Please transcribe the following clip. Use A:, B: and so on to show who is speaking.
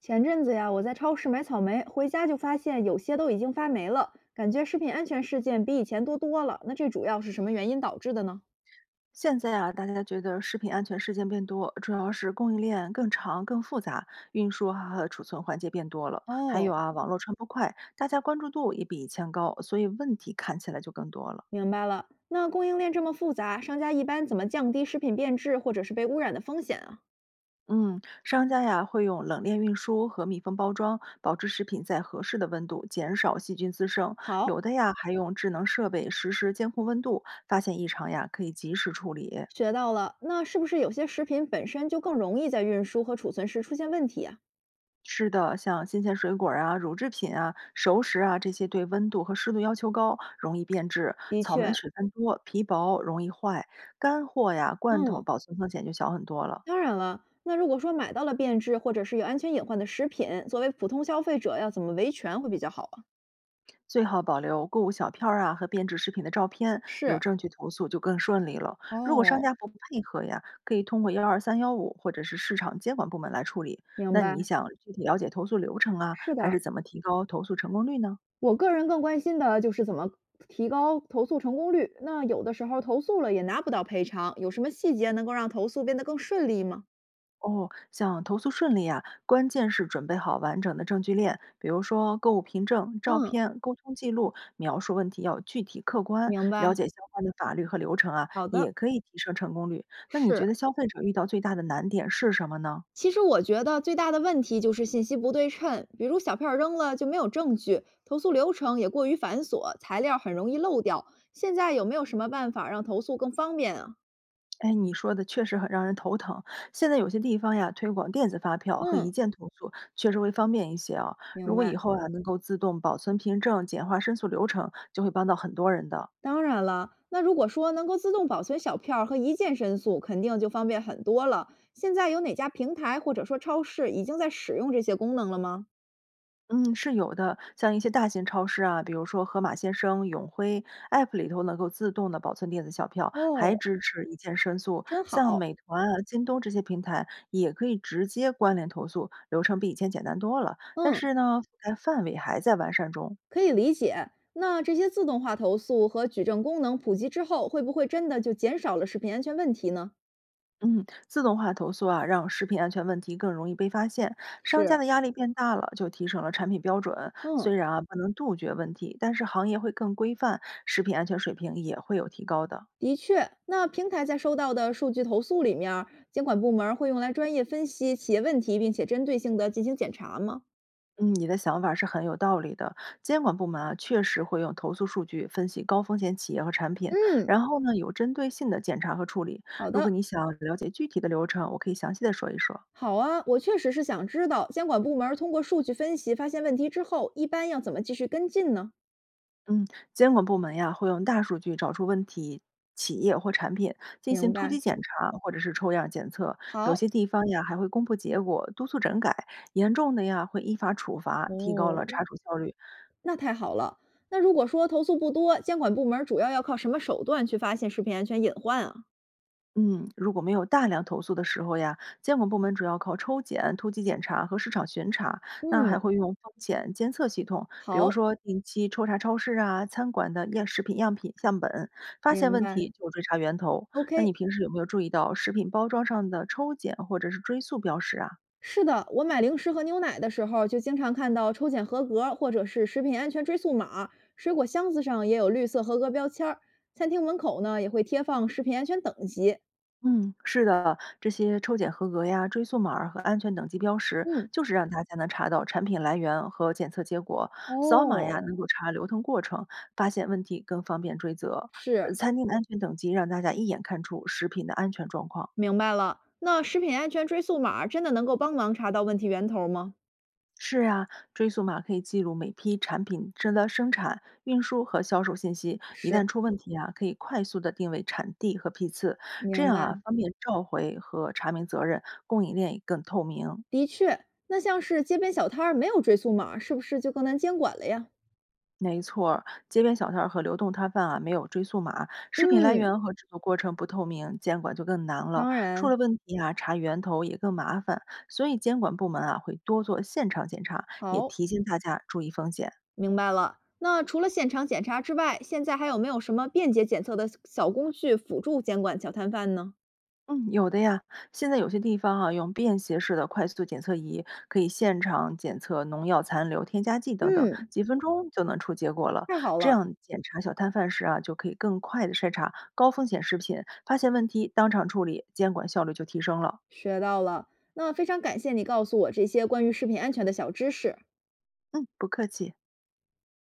A: 前阵子呀，我在超市买草莓，回家就发现有些都已经发霉了，感觉食品安全事件比以前多多了。那这主要是什么原因导致的呢？
B: 现在啊，大家觉得食品安全事件变多，主要是供应链更长、更复杂，运输啊和储存环节变多了，还有
A: 哦，
B: 啊，网络传播快，大家关注度也比以前高，所以问题看起来就更多了。
A: 明白了，那供应链这么复杂，商家一般怎么降低食品变质或者是被污染的风险啊？
B: 嗯，商家呀会用冷链运输和密封包装，保持食品在合适的温度，减少细菌滋生。有
A: 好，
B: 的呀还用智能设备实时监控温度，发现异常呀可以及时处理。
A: 学到了。那是不是有些食品本身就更容易在运输和储存时出现问题啊？
B: 是的，像新鲜水果儿啊、乳制品啊、熟食啊，这些对温度和湿度要求高，容易变质。
A: 的
B: 草莓
A: 确，
B: 水分多，皮薄，容易坏。干货呀、罐头
A: 嗯，
B: 保存风险就小很多了。
A: 当然了。那如果说买到了变质或者是有安全隐患的食品，作为普通消费者要怎么维权会比较好啊？
B: 最好保留购物小票儿啊和变质食品的照片，有
A: 是，
B: 证据投诉就更顺利了。如果商
A: 哦，
B: 家不配合呀，可以通过12315或者是市场监管部门来处理。
A: 明
B: 那你
A: 白，
B: 想具体了解投诉流程啊，
A: 是
B: 还
A: 的，
B: 是怎么提高投诉成功率呢？
A: 我个人更关心的就是怎么提高投诉成功率。那有的时候投诉了也拿不到赔偿，有什么细节能够让投诉变得更顺利吗？
B: 哦，想投诉顺利啊，关键是准备好完整的证据链，比如说购物凭证、照
A: 嗯，
B: 片、沟通记录，描述问题要具体客观，
A: 明
B: 了
A: 白。
B: 解相关的法律和流程啊，
A: 好的，
B: 也可以提升成功率。那你
A: 是。
B: 觉得消费者遇到最大的难点是什么呢？
A: 其实我觉得最大的问题就是信息不对称，比如小票儿扔了就没有证据，投诉流程也过于繁琐，材料很容易漏掉。现在有没有什么办法让投诉更方便啊？
B: 哎，你说的确实很让人头疼。现在有些地方呀，推广电子发票和
A: 嗯，
B: 一键投诉，确实会方便一些啊。
A: 明
B: 如果以
A: 白。
B: 后啊，能够自动保存凭证、简化申诉流程，就会帮到很多人的。
A: 当然了，那如果说能够自动保存小票儿和一键申诉，肯定就方便很多了。现在有哪家平台或者说超市已经在使用这些功能了吗？
B: 嗯，是有的，像一些大型超市啊，比如说盒马鲜生、永辉 App 里头能够自动的保存电子小票，还
A: 哦，
B: 支持一键申诉。
A: 真
B: 像
A: 好，
B: 美团啊、京东这些平台也可以直接关联投诉，流程比以前简单多了。但
A: 嗯，
B: 是呢，覆盖范围还在完善中。
A: 可以理解。那这些自动化投诉和举证功能普及之后，会不会真的就减少了食品安全问题呢？
B: 嗯，自动化投诉啊，让食品安全问题更容易被发现，商家
A: 是，
B: 的压力变大了，就提升了产品标准。
A: 嗯，
B: 虽然啊不能杜绝问题，但是行业会更规范，食品安全水平也会有提高的。
A: 的确。那平台在收到的数据投诉里面儿，监管部门儿会用来专业分析企业问题，并且针对性的进行检查吗？
B: 嗯，你的想法是很有道理的。监管部门啊，确实会用投诉数据分析高风险企业和产品，
A: 嗯，
B: 然后呢，有针对性的检查和处理。
A: 好
B: 如果
A: 的。
B: 你想了解具体的流程，我可以详细的说一说。
A: 好啊，我确实是想知道监管部门儿通过数据分析发现问题之后，一般要怎么继续跟进呢？
B: 嗯，监管部门呀，会用大数据找出问题企业或产品，进
A: 明
B: 行突
A: 白。
B: 击检查或者是抽样检测。有
A: 好，
B: 些地方呀，还会公布结果，督促整改。严重的呀，会依法处罚，提高
A: 哦，
B: 了查处效率。
A: 那太好了。那如果说投诉不多，监管部门儿主要要靠什么手段去发现食品安全隐患啊？
B: 嗯，如果没有大量投诉的时候呀，监管部门主要靠抽检、突击检查和市场巡查，那还
A: 嗯，
B: 会用风险监测系统，比如
A: 好，
B: 说定期抽查超市啊、餐馆的样食品样品样本，发现
A: 明
B: 问
A: 白。
B: 题就追查源头。那你
A: OK，
B: 平时有没有注意到食品包装上的抽检或者是追溯标识啊？
A: 是的，我买零食和牛奶的时候，就经常看到抽检合格儿或者是食品安全追溯码，水果箱子上也有绿色合格标签儿，餐厅门口呢也会贴放食品安全等级。
B: 嗯，是的，这些抽检合格呀、追溯码儿和安全等级标识，
A: 嗯，
B: 就是让大家能查到产品来源和检测结果。扫码呀，能
A: 哦，
B: 够查流通过程，发现问题更方便追责。
A: 是，
B: 餐厅的安全等级让大家一眼看出食品的安全状况。
A: 明白了。那食品安全追溯码儿真的能够帮忙查到问题源头吗？
B: 是呀，追溯码可以记录每批产品真的生产、运输和销售信息，一
A: 是，
B: 旦出问题啊，可以快速的定位产地和批次，这
A: 明
B: 样
A: 白，
B: 啊，方便召回和查明责任，供应链也更透明。
A: 的确。那像是街边小摊儿没有追溯码儿是不是就更难监管了呀？
B: 没错儿。街边小摊儿和流动摊贩啊，没有追溯码，食品来
A: 嗯，
B: 源和制作过程不透明，监管就更难了。
A: 当
B: 出
A: 然。
B: 了问题啊，查源头也更麻烦，所以监管部门啊会多做现场检查，也
A: 好，
B: 提醒大家注意风险。
A: 明白了。那除了现场检查之外，现在还有没有什么便捷检测的小工具辅助监管小摊贩呢？
B: 嗯，有的呀。现在有些地方啊，用便携式的快速检测仪，可以现场检测农药残留、添加剂等等，
A: 嗯，
B: 几分钟就能出结果了。
A: 太好
B: 这
A: 了，
B: 样检查小摊贩时啊，就可以更快的筛查高风险食品，发现问题当场处理，监管效率就提升了。
A: 学到了。那非常感谢你告诉我这些关于食品安全的小知识。
B: 嗯，不客气。